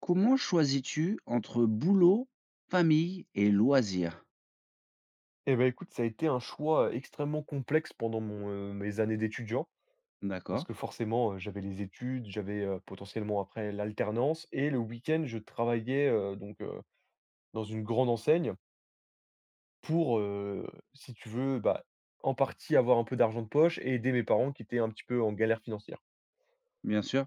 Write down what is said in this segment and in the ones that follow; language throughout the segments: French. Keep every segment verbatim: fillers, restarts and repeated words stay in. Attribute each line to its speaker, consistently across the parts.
Speaker 1: Comment choisis-tu entre boulot, famille et loisirs?
Speaker 2: Eh ben écoute, ça a été un choix extrêmement complexe pendant mon, heu, mes années d'étudiant. Parce
Speaker 1: D'accord,
Speaker 2: que forcément, heu, j'avais les études, j'avais, heu, potentiellement après l'alternance et le week-end, je travaillais, heu, donc, heu, dans une grande enseigne pour, heu, si tu veux, bah, en partie avoir un peu d'argent de poche et aider mes parents qui étaient un petit peu en galère financière.
Speaker 1: bien sûr.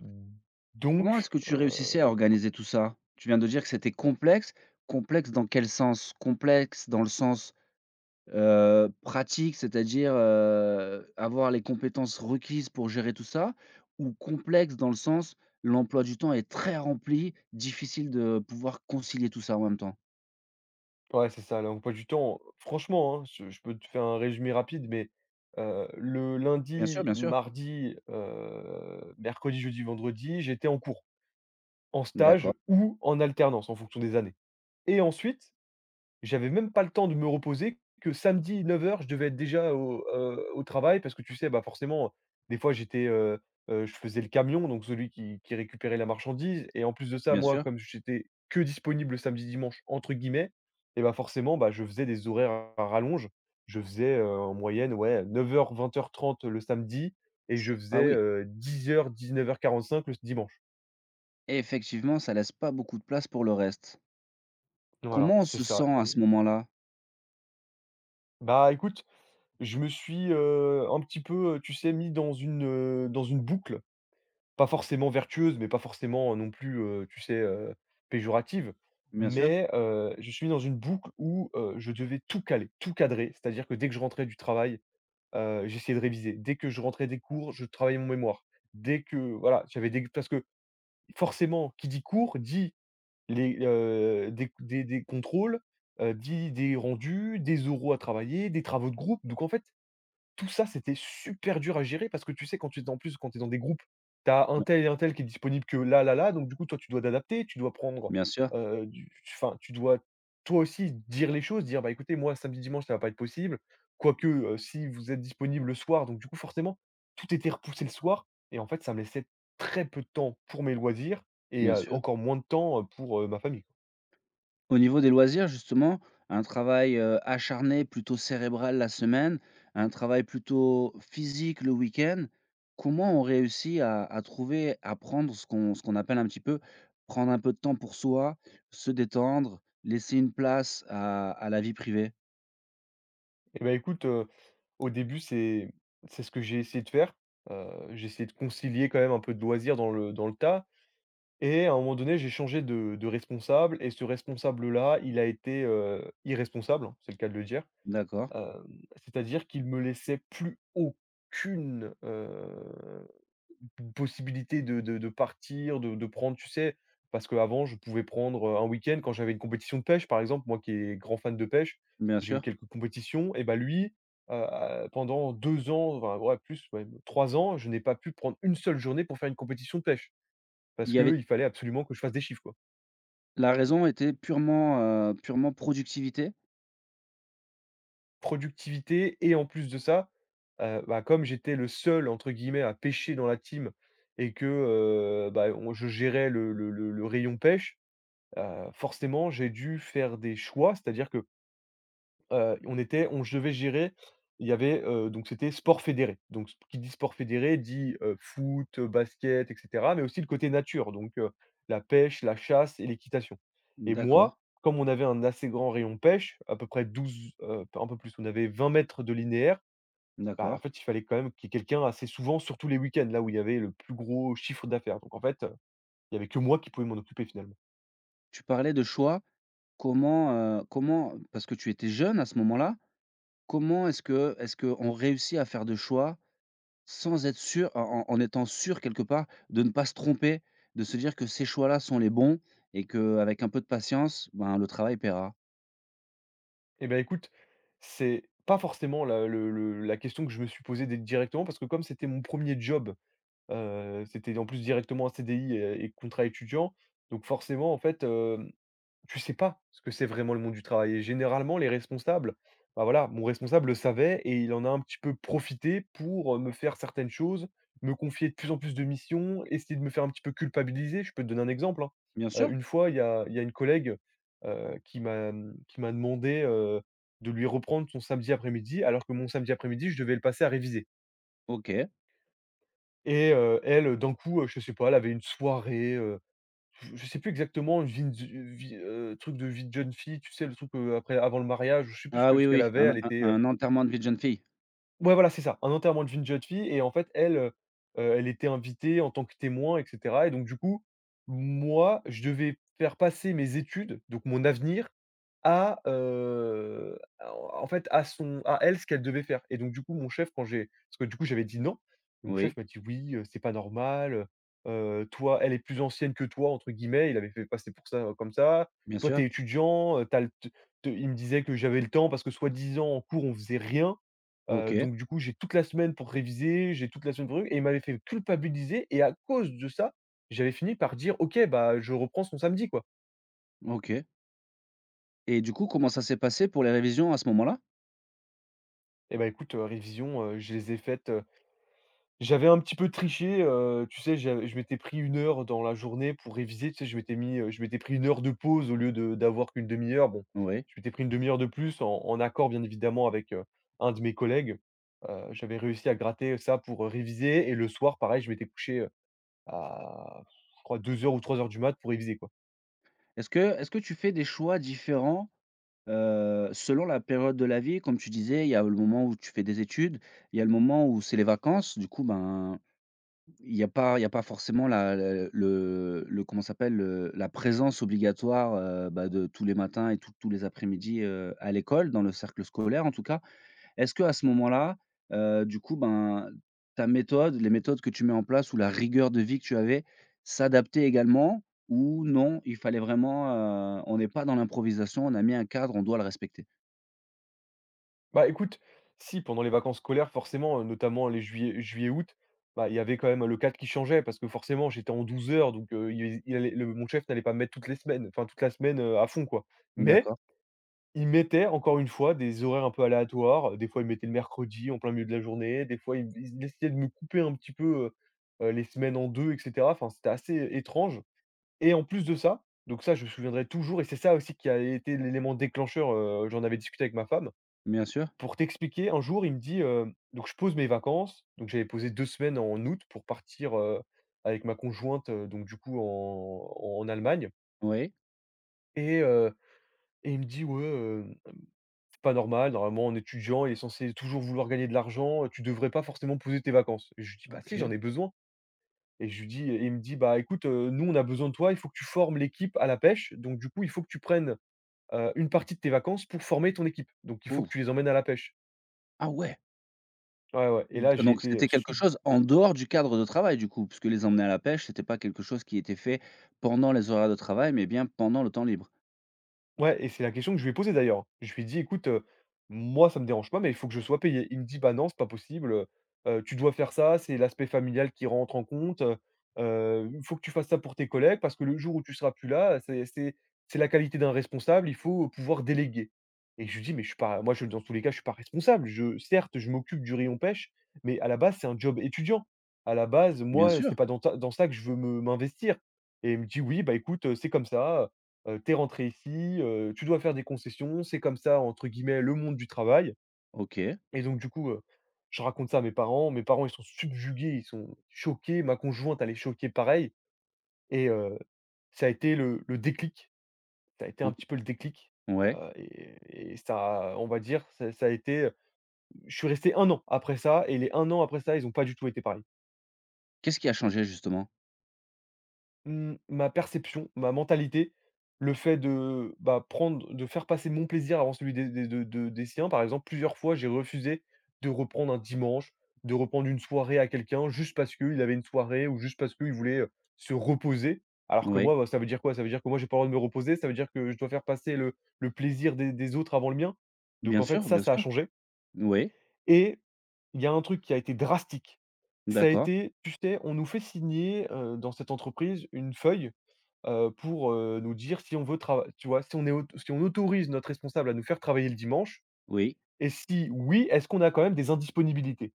Speaker 1: Comment est-ce
Speaker 2: Donc.
Speaker 1: que tu réussissais à organiser tout ça? Tu viens de dire que c'était complexe. Complexe dans quel sens? Complexe dans le sens euh, pratique, c'est-à-dire euh, avoir les compétences requises pour gérer tout ça, ou complexe dans le sens l'emploi du temps est très rempli, difficile de pouvoir concilier tout ça en même temps.
Speaker 2: Ouais, c'est ça, l'emploi du temps, franchement, hein, je je peux te faire un résumé rapide, mais heu, le
Speaker 1: Bien sûr,
Speaker 2: lundi,
Speaker 1: bien sûr.
Speaker 2: mardi, heu, mercredi, jeudi, vendredi, j'étais en cours, en stage
Speaker 1: D'accord,
Speaker 2: ou en alternance en fonction des années et ensuite j'avais même pas le temps de me reposer que samedi neuf heures je devais être déjà au, heu, au travail parce que tu sais, bah, forcément, des fois j'étais, heu heu, je faisais le camion, donc celui qui qui récupérait la marchandise et en plus de ça,
Speaker 1: bien
Speaker 2: moi,
Speaker 1: sûr.
Speaker 2: comme j'étais que «disponible» samedi, dimanche entre guillemets, et bah, forcément, bah, je faisais des horaires à rallonge. Je faisais, heu, en moyenne, ouais, neuf heures vingt heures trente le samedi et je
Speaker 1: Ah
Speaker 2: faisais
Speaker 1: oui,
Speaker 2: dix dix heures neuf heures quarante cinq le dimanche.
Speaker 1: effectivement, ça laisse pas beaucoup de place pour le reste.
Speaker 2: Voilà,
Speaker 1: Comment on
Speaker 2: c'est
Speaker 1: se
Speaker 2: ça.
Speaker 1: sent à ce
Speaker 2: Et
Speaker 1: moment-là?
Speaker 2: bah, écoute, je me suis, heu, un petit peu, tu sais, mis dans une, heu, dans une boucle, pas forcément vertueuse, mais pas forcément non plus, heu, tu sais, heu, péjorative.
Speaker 1: Bien sûr,
Speaker 2: Mais, heu, je suis dans une boucle où, heu, je devais tout caler, tout cadrer. C'est-à-dire que dès que je rentrais du travail, heu, j'essayais de réviser. Dès que je rentrais des cours, je travaillais mon mémoire. Dès que voilà, j'avais des, parce que forcément, qui dit cours dit les, heu, des des des contrôles, heu, dit des rendus, des oraux à travailler, des travaux de groupe. Donc en fait, tout ça, c'était super dur à gérer parce que tu sais, quand tu es en plus, quand tu es dans des groupes, tu as un
Speaker 1: b
Speaker 2: tel et un tel qui est disponible que là, là, là, donc du coup, toi, tu dois t'adapter, tu dois prendre,
Speaker 1: bien sûr,
Speaker 2: heu, du enfin, tu dois toi aussi dire les choses, dire: «Bah, écoutez, moi, samedi, dimanche, ça va pas être possible». Quoique, heu, si vous êtes disponible le soir, donc du coup, forcément, tout était repoussé le soir et en fait, ça me laissait très peu de temps pour mes loisirs et
Speaker 1: bien
Speaker 2: heu,
Speaker 1: sûr.
Speaker 2: encore moins de temps, heu, pour, heu, ma famille.
Speaker 1: Au niveau des loisirs justement, un travail, heu, acharné plutôt cérébral la semaine, un travail plutôt physique le week-end, comment on réussit à à trouver à prendre ce qu'on ce qu'on appelle un petit peu prendre un peu de temps pour soi, se détendre, laisser une place à à la vie privée?
Speaker 2: Et ben écoute, au début, c'est c'est ce que j'ai essayé de faire. Heu, j'ai essayé de concilier quand même un peu de loisirs dans le dans le tas et à un moment donné, j'ai changé de de responsable et ce responsable-là, il a été, heu, irresponsable, hein, c'est le cas de le dire.
Speaker 1: D'accord,
Speaker 2: Hem, c'est-à-dire qu'il me laissait plus aucune, euh, P possibilité de de de partir, de de prendre, tu sais? Parce qu'avant, je pouvais prendre, heu, un week-end quand j'avais une compétition de pêche, par exemple, moi qui est grand fan de pêche,
Speaker 1: bien
Speaker 2: j'ai
Speaker 1: sûr.
Speaker 2: eu quelques compétitions et bah, lui, heu, pendant deux ans, enfin, ouais, plus même, trois ans, je n'ai pas pu prendre une seule journée pour faire une compétition de pêche
Speaker 1: Il
Speaker 2: parce
Speaker 1: y avait
Speaker 2: qu'il fallait absolument que je fasse des chiffres, quoi.
Speaker 1: la raison était purement, heu, purement productivité?
Speaker 2: Productivité. Et en plus de ça, heu, bah, comme j'étais le seul entre guillemets «à pêcher» dans la team et que, heu, bah, on je gérais le le le le rayon pêche. Heu, forcément, j'ai dû faire des choix, c'est-à-dire que, heu, on était on je devais gérer, il y avait, heu, donc c'était sport fédéré. Donc s qui dit sport fédéré dit, heu, foot, heu, basket et cetera, mais aussi le côté nature, donc heu, la pêche, la chasse et l'équitation. Et
Speaker 1: D'accord,
Speaker 2: moi, comme on avait un assez grand rayon pêche, à peu près douze, heu, un peu plus, on avait vingt mètres de linéaire, bah, en
Speaker 1: d'accord.
Speaker 2: fait, il fallait quand même qu'il y ait quelqu'un assez souvent, surtout les week-ends, là où il y avait le plus gros chiffre d'affaires. Donc en fait, heu, il y avait que moi qui pouvais m'en occuper finalement.
Speaker 1: Tu parlais de choix. Comment, heu, comment, parce que tu étais jeune à ce moment-là, comment est-ce que est-ce qu'on réussit à faire des choix sans être sûr en en en étant sûr quelque part de ne pas se tromper, de se dire que ces choix-là sont les bons et qu'avec un peu de patience, ben, le travail paiera?
Speaker 2: Eh beh, écoute, c'est pas forcément la le le la question que je me suis posée dé directement parce que comme c'était mon premier job, heu, c'était en plus directement un C D I et et contrat étudiant, donc forcément en fait, tu sais pas ce que c'est vraiment le monde du travail et généralement les responsables, bah, voilà, mon responsable le savait et il en a un petit peu profité pour, heu, me faire certaines choses, me confier de plus en plus de missions, essayer de me faire un petit peu culpabiliser. Je peux te donner un exemple, hein.
Speaker 1: Bien
Speaker 2: Heu,
Speaker 1: sûr,
Speaker 2: une fois, il y a il y a une collègue, heu, qui m'a, mmh, qui m'a demandé, heu, de lui reprendre son samedi après-midi, alors que mon samedi après-midi, je devais le passer à réviser
Speaker 1: OK.
Speaker 2: et heu, elle, d'un coup, heu, je sais pas, elle avait une soirée, je je sais plus exactement, une vie de vie, heu, truc de vie de jeune fille, tu sais, le truc, heu, après avant le mariage, je sais plus ce
Speaker 1: Ah
Speaker 2: que
Speaker 1: oui,
Speaker 2: ce qu'elle
Speaker 1: oui,
Speaker 2: avait,
Speaker 1: un
Speaker 2: elle
Speaker 1: un
Speaker 2: était, heu
Speaker 1: un enterrement de vie de jeune fille?
Speaker 2: ouais, voilà, c'est ça, un enterrement de vie de jeune fille et en fait, elle, heu heu, elle était invitée en tant que témoin et cetera et donc du coup, moi, je devais faire passer mes études, donc mon avenir à, heu, en fait, à son, à elle, ce qu'elle devait faire et donc du coup, mon chef, quand j'ai, parce que du coup, j'avais dit: «Non», et mon
Speaker 1: Oui,
Speaker 2: chef m'a dit: «Oui, heu, c'est pas normal, heu toi, elle est plus ancienne que toi» entre guillemets, il avait fait passer pour ça, euh, comme ça.
Speaker 1: bien
Speaker 2: «Toi,
Speaker 1: sûr.
Speaker 2: t'es étudiant, heu, tu le t te» il me disait que j'avais le temps parce que soi-disant en cours, on faisait rien, heu,
Speaker 1: OK.
Speaker 2: donc du coup, j'ai toute la semaine pour réviser, j'ai toute la semaine pour truc, et il m'avait fait culpabiliser et à cause de ça, j'avais fini par dire: «OK, bah, je reprends son samedi, quoi».
Speaker 1: OK, et du coup, comment ça s'est passé pour les révisions à ce moment-là?
Speaker 2: Et bah, écoute, heu, révisions, heu, je les ai faites. J'avais un petit peu triché, heu, tu sais, j'av je m'étais pris une heure dans la journée pour réviser, tu sais, je m'étais mis, heu, je m'étais pris une heure de pause au lieu de d'avoir qu'une demi heure. Bon,
Speaker 1: Oui.
Speaker 2: je m'étais pris une demi heure de plus en en accord bien évidemment avec, heu, un de mes collègues. Heu, j'avais réussi à gratter ça pour, heu, réviser et le soir pareil, je m'étais couché, heu, à, je crois, deux heures ou trois heures du mat pour réviser, quoi.
Speaker 1: Est-ce que est-ce que tu fais des choix différents? Heu, selon la période de la vie, comme tu disais, il y a le moment où tu fais des études, il y a le moment où c'est les vacances, du coup, ben, il y a pas il y a pas forcément la le le le comment ça s'appelle? Le la présence obligatoire, heu, bah, de tous les matins et tous tous les après-midi, heu, à l'école, dans le cercle scolaire en tout cas. Est-ce que à ce moment-là, heu, du coup, ben, ta méthode, les méthodes que tu mets en place ou la rigueur de vie que tu avais, s'adaptait également? Ou non, il fallait vraiment, heu, on n'est pas dans l'improvisation, on a mis un cadre, on doit le respecter?
Speaker 2: Bah, écoute, si pendant les vacances scolaires, forcément, heu, notamment les juillet juillet-août, bah, il y avait quand même le cadre qui changeait parce que forcément j'étais en douze heures, donc heu, il il allait le mon chef n'allait pas me mettre toutes les semaines, enfin toute la semaine, heu, à fond quoi. Mais
Speaker 1: D'accord,
Speaker 2: il mettait encore une fois des horaires un peu aléatoires, des fois il mettait le mercredi en plein milieu de la journée, des fois il me il essayait de me couper un petit peu, heu heu, les semaines en deux, et cetera. Enfin, c'était assez étrange et en plus de ça, donc ça je me souviendrai toujours et c'est ça aussi qui a été l'élément déclencheur, heu, j'en avais discuté avec ma femme.
Speaker 1: bien sûr.
Speaker 2: Pour t'expliquer, un jour, il me dit, heu donc je pose mes vacances, donc j'avais posé deux semaines en août pour partir, heu, avec ma conjointe, heu, donc du coup en en Allemagne
Speaker 1: Oui,
Speaker 2: et heu et il me dit: «Ouais, heu, c'est pas normal, normalement en étudiant il est censé toujours vouloir gagner de l'argent, tu devrais pas forcément poser tes vacances». Et je lui dis: «Bah si, j'en
Speaker 1: OK.
Speaker 2: ai besoin». Et je lui dis, et il me dit: «Bah écoute, heu, nous on a besoin de toi, il faut que tu formes l'équipe à la pêche, donc du coup il faut que tu prennes, heu, une partie de tes vacances pour former ton équipe, donc il faut que
Speaker 1: Oh.
Speaker 2: tu les emmènes à la pêche».
Speaker 1: Ah ouais!
Speaker 2: Ouais, ouais, et
Speaker 1: D
Speaker 2: là j'ai
Speaker 1: donc
Speaker 2: été,
Speaker 1: c'était quelque
Speaker 2: sub
Speaker 1: chose en dehors du cadre de travail du coup? Puisque les emmener à la pêche, c'était pas quelque chose qui était fait pendant les horaires de travail, mais bien pendant le temps libre?
Speaker 2: ouais, et c'est la question que je lui ai posée d'ailleurs. Je lui ai dit: «Écoute, heu, moi ça me dérange pas mais il faut que je sois payé». Il me dit: «Bah non, c'est pas possible, heu heu, tu dois faire ça, c'est l'aspect familial qui rentre en compte, heu heu, il faut que tu fasses ça pour tes collègues parce que le jour où tu seras plus là, c'est c'est c'est la qualité d'un responsable, il faut pouvoir déléguer». Et je lui dis: «Mais je suis pas moi je dans tous les cas, je suis pas responsable. Je certes, je m'occupe du rayon pêche, mais à la base, c'est un job étudiant. À la base,
Speaker 1: Bien
Speaker 2: moi,
Speaker 1: sûr!
Speaker 2: c'est pas dans ta dans ça que je veux me m'investir». Et il me dit: «Oui, bah écoute, heu, c'est comme ça, heu, tu rentré ici, heu, tu dois faire des concessions, c'est comme ça entre guillemets «le monde du travail»
Speaker 1: OK.
Speaker 2: et donc du coup, heu, je raconte ça à mes parents, mes parents ils sont subjugués, ils sont choqués, ma conjointe elle est choquée pareil et heu, ça a été le le déclic, ça a été un
Speaker 1: O
Speaker 2: petit peu le déclic,
Speaker 1: ouais.
Speaker 2: heu et et ça, on va dire, ça ça a été, je suis resté un an après ça et les un an après ça, ils ont pas du tout été pareils.
Speaker 1: Qu'est-ce qui a changé justement?
Speaker 2: Mmh, ma perception, ma mentalité, le fait de, bah, prendre de faire passer mon plaisir avant celui des des de de des siens. Par exemple, plusieurs fois, j'ai refusé de reprendre un dimanche, de reprendre une soirée à quelqu'un juste parce qu'il avait une soirée ou juste parce qu'il voulait, heu, se reposer. Alors que
Speaker 1: Oui.
Speaker 2: moi, bah, ça veut dire quoi? Ça veut dire que moi, j'ai pas le droit de me reposer, ça veut dire que je dois faire passer le le plaisir des des autres avant le mien. Donc
Speaker 1: Bien
Speaker 2: en fait,
Speaker 1: sûr,
Speaker 2: ça,
Speaker 1: bien
Speaker 2: ça a
Speaker 1: sûr.
Speaker 2: changé
Speaker 1: Oui.
Speaker 2: et il y a un truc qui a été drastique. Ça a
Speaker 1: D'accord.
Speaker 2: été, tu sais, on nous fait signer, heu, dans cette entreprise, une feuille heu, pour, heu, nous dire si on veut trava tu vois? Si on est aut si on autorise notre responsable à nous faire travailler le dimanche
Speaker 1: Oui.
Speaker 2: et si oui, est-ce qu'on a quand même des indisponibilités?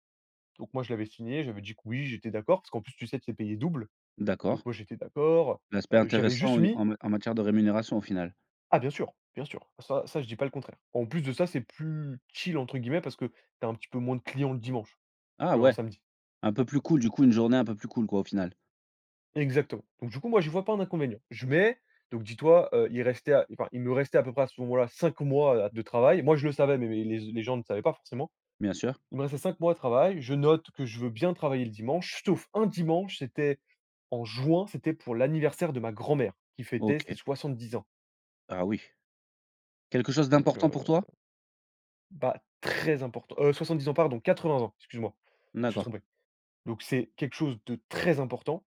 Speaker 2: Donc moi, je l'avais signé, j'avais dit que oui, j'étais d'accord parce qu'en plus, tu sais, tu es payé double.
Speaker 1: D'accord.
Speaker 2: Donc moi, j'étais d'accord,
Speaker 1: L'aspect
Speaker 2: heu, j'avais juste
Speaker 1: intéressant en
Speaker 2: mis:
Speaker 1: en ma en matière de rémunération au final?
Speaker 2: «Ah bien sûr, bien sûr». Ça ça, je dis pas le contraire. En plus de ça, c'est plus «chill» entre guillemets parce que tu as un petit peu moins de clients le dimanche
Speaker 1: Ah
Speaker 2: qu'un
Speaker 1: ouais!
Speaker 2: samedi.
Speaker 1: Un peu plus cool du coup, une journée un peu plus cool quoi au final?
Speaker 2: Exactement. Donc du coup, moi, je vois pas un inconvénient. Je mets Donc dis-toi, heu, il restait à enfin, il me restait à peu près à ce moment-là cinq mois, de travail. Moi, je le savais, mais mais les les gens ne savaient pas forcément.
Speaker 1: Bien sûr.
Speaker 2: Il me restait cinq mois de travail. Je note que je veux bien travailler le dimanche, sauf un dimanche, c'était en juin, c'était pour l'anniversaire de ma grand-mère qui fêtait ses
Speaker 1: OK.
Speaker 2: soixante-dix ans.
Speaker 1: Ah oui. Quelque chose
Speaker 2: Donc
Speaker 1: d'important pour
Speaker 2: heu,
Speaker 1: toi?
Speaker 2: bah, très important, heu, soixante-dix ans pardon, quatre-vingts ans, excuse-moi, je me suis
Speaker 1: D'accord.
Speaker 2: trompé. Donc c'est quelque chose de très important.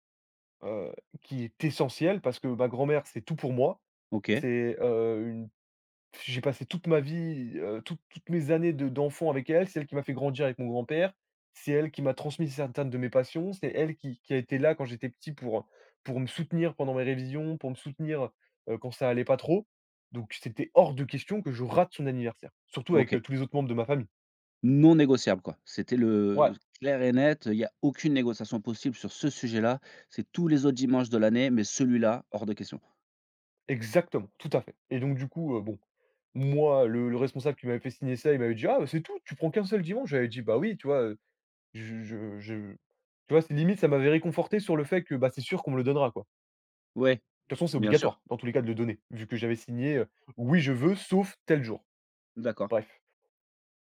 Speaker 2: Heu, qui est essentiel parce que ma grand-mère, c'est tout pour moi.
Speaker 1: OK,
Speaker 2: C'est, heu, une J'ai passé toute ma vie, heu, toutes toutes mes années de d'enfant avec elle. C'est elle qui m'a fait grandir avec mon grand-père. C'est elle qui m'a transmis certaines de mes passions. C'est elle qui qui a été là quand j'étais petit pour, pour me soutenir pendant mes révisions, pour me soutenir, heu, quand ça allait pas trop. Donc c'était hors de question que je rate son anniversaire, surtout avec, heu,
Speaker 1: OK.
Speaker 2: tous les autres membres de ma famille.
Speaker 1: Non négociable, quoi. C'était le
Speaker 2: Ouais.
Speaker 1: clair et net, il y a aucune négociation possible sur ce sujet-là. C'est tous les autres dimanches de l'année, mais celui-là, hors de question.
Speaker 2: Exactement, tout à fait et donc du coup, heu, bon, moi, le le responsable qui m'avait fait signer ça, il m'avait dit: «Ah, bah, c'est tout, tu prends qu'un seul dimanche». J'avais dit: «Bah, oui», tu vois, heu, je je je tu vois, c'est limite ça m'avait réconforté sur le fait que, bah, c'est sûr qu'on me le donnera, quoi.
Speaker 1: Ouais,
Speaker 2: De toute façon, c'est
Speaker 1: bien sûr.
Speaker 2: obligatoire dans tous les cas de le donner, vu que j'avais signé, heu: «Oui, je veux, sauf tel jour».
Speaker 1: D'accord,
Speaker 2: Bref.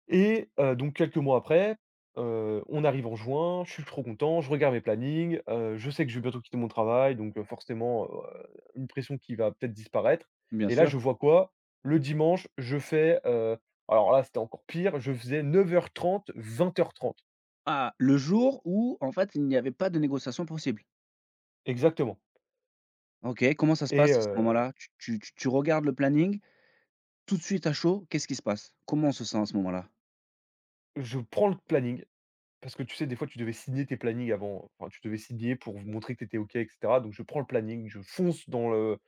Speaker 2: Et heu, donc quelques mois après, heu, on arrive en juin, je suis trop content, je regarde mes plannings, heu, je sais que je vais bientôt quitter mon travail, donc heu, forcément, heu, une pression qui va peut-être disparaître.
Speaker 1: bien
Speaker 2: Et là,
Speaker 1: sûr.
Speaker 2: je vois quoi? Le dimanche, je fais, heu, alors là, c'était encore pire, je faisais neuf heures trente-vingt heures trente
Speaker 1: Ah, le jour où, en fait, il n'y avait pas de négociation possible.
Speaker 2: exactement.
Speaker 1: OK, comment ça se
Speaker 2: Et
Speaker 1: passe à ce
Speaker 2: heu,
Speaker 1: moment-là? Tu tu tu tu regardes le planning, tout de suite à chaud, qu'est-ce qui se passe? Comment on se sent à ce moment-là?
Speaker 2: je prends le planning parce que tu sais, des fois, tu devais signer tes plannings avant, enfin, tu devais signer pour montrer que tu étais OK et cetera. Donc je prends le planning, je fonce dans le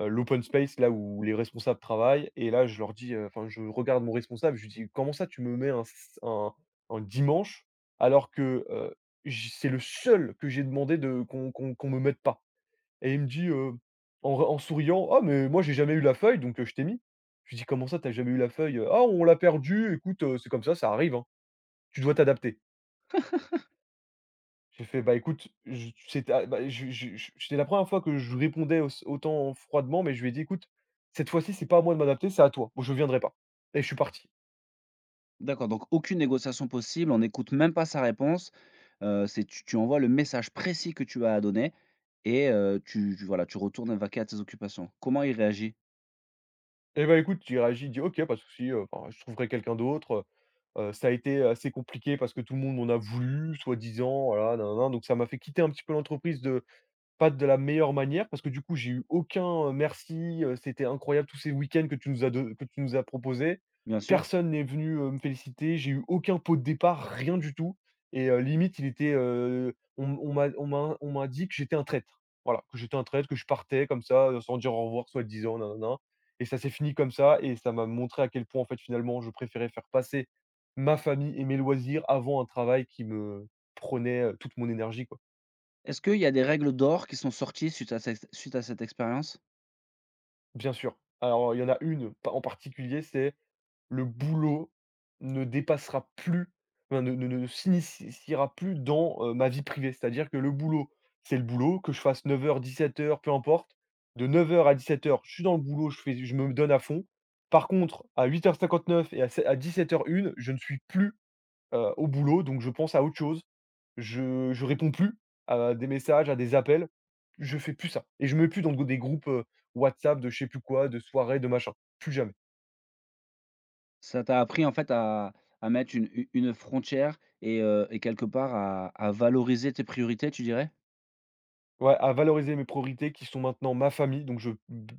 Speaker 2: heu, l'open space là où les responsables travaillent et là je leur dis, heu, enfin je regarde mon responsable, je lui dis: «Comment ça tu me mets un s un un dimanche alors que, heu, j c'est le seul que j'ai demandé de qu'on qu'on qu'on me mette pas?» et il me dit, heu, en en souriant: «Ah mais moi j'ai jamais eu la feuille donc heu, je t'ai mis». Je lui dis: «Comment ça t'as jamais eu la feuille?» «Ah on l'a perdue, écoute, heu, c'est comme ça, ça arrive, hein, tu dois t'adapter». J'ai fait: «Bah, écoute, je c'était à bah, je je je c'était la première fois que je répondais auss autant froidement, mais je lui ai dit: «Écoute, cette fois-ci, c'est pas à moi de m'adapter, c'est à toi. Moi, je viendrai pas» et je suis parti.
Speaker 1: D'accord, donc aucune négociation possible, on n'écoute même pas sa réponse. Heu, c'est tu tu envoies le message précis que tu as à donner et heu, tu tu voilà, tu retournes vaquer à tes occupations. Comment il réagit?
Speaker 2: Et bah, écoute, j'ai réagi il dit: «OK, pas de souci, heu, enfin, je trouverai quelqu'un d'autre, heu, ça a été assez compliqué parce que tout le monde en a voulu, soi-disant, voilà, nin nin nin». Donc ça m'a fait quitter un petit peu l'entreprise de Pas de la meilleure manière parce que du coup j'ai eu aucun, heu, merci, heu, c'était incroyable tous ces week-ends que tu nous as don que tu nous as proposés.
Speaker 1: Bien sûr.
Speaker 2: Personne n'est venu, heu, me féliciter, j'ai eu aucun pot de départ, rien du tout et heu, limite il était, heu, on on m'a on m'a on m'a dit que j'étais un traître. Voilà, que j'étais un traître, que je partais comme ça, heu, sans dire au revoir soit disant nin et ça s'est fini comme ça et ça m'a montré à quel point en fait finalement je préférais faire passer ma famille et mes loisirs avant un travail qui me prenait, heu, toute mon énergie. Quoi
Speaker 1: Est-ce qu'il y a des règles d'or qui sont sorties suite à cette suite à cette expérience?
Speaker 2: Bien sûr. Alors, il y en a une pa en particulier, c'est le boulot ne dépassera plus, enfin, ne ne ne s'initiera plus dans, heu, ma vie privée. C'est-à-dire que le boulot, c'est le boulot, que je fasse neuf heures-dix-sept heures, peu importe. De neuf heures à dix-sept heures, je suis dans le boulot, je fais je me donne à fond. Par contre, à huit heures cinquante-neuf et à se à dix-sept heures une, je ne suis plus, heu, au boulot, donc je pense à autre chose. Je je réponds plus à des messages, à des appels. Je fais plus ça et je me mets plus dans des groupes, heu, WhatsApp de je sais plus quoi, de soirée, de machin. Plus jamais.
Speaker 1: Ça t'a appris en fait à à mettre une u une frontière et heu et quelque part à à valoriser tes priorités, tu dirais?
Speaker 2: Ouais, à valoriser mes priorités qui sont maintenant ma famille, donc je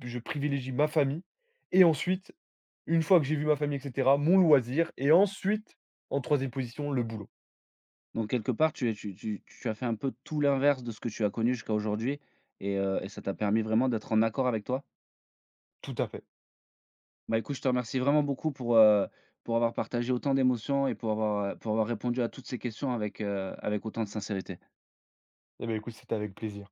Speaker 2: je privilégie ma famille et ensuite, une fois que j'ai vu ma famille et cetera, mon loisir et ensuite, en troisième position, le boulot.
Speaker 1: Donc quelque part, tu es tu tu tu as fait un peu tout l'inverse de ce que tu as connu jusqu'à aujourd'hui et heu et ça t'a permis vraiment d'être en accord avec toi?
Speaker 2: Tout à fait.
Speaker 1: Bah, écoute, je te remercie vraiment beaucoup pour, heu, pour avoir partagé autant d'émotions et pour avoir, heu, pour avoir répondu à toutes ces questions avec, heu, avec autant de sincérité.
Speaker 2: Et bah, écoute, c'était avec plaisir.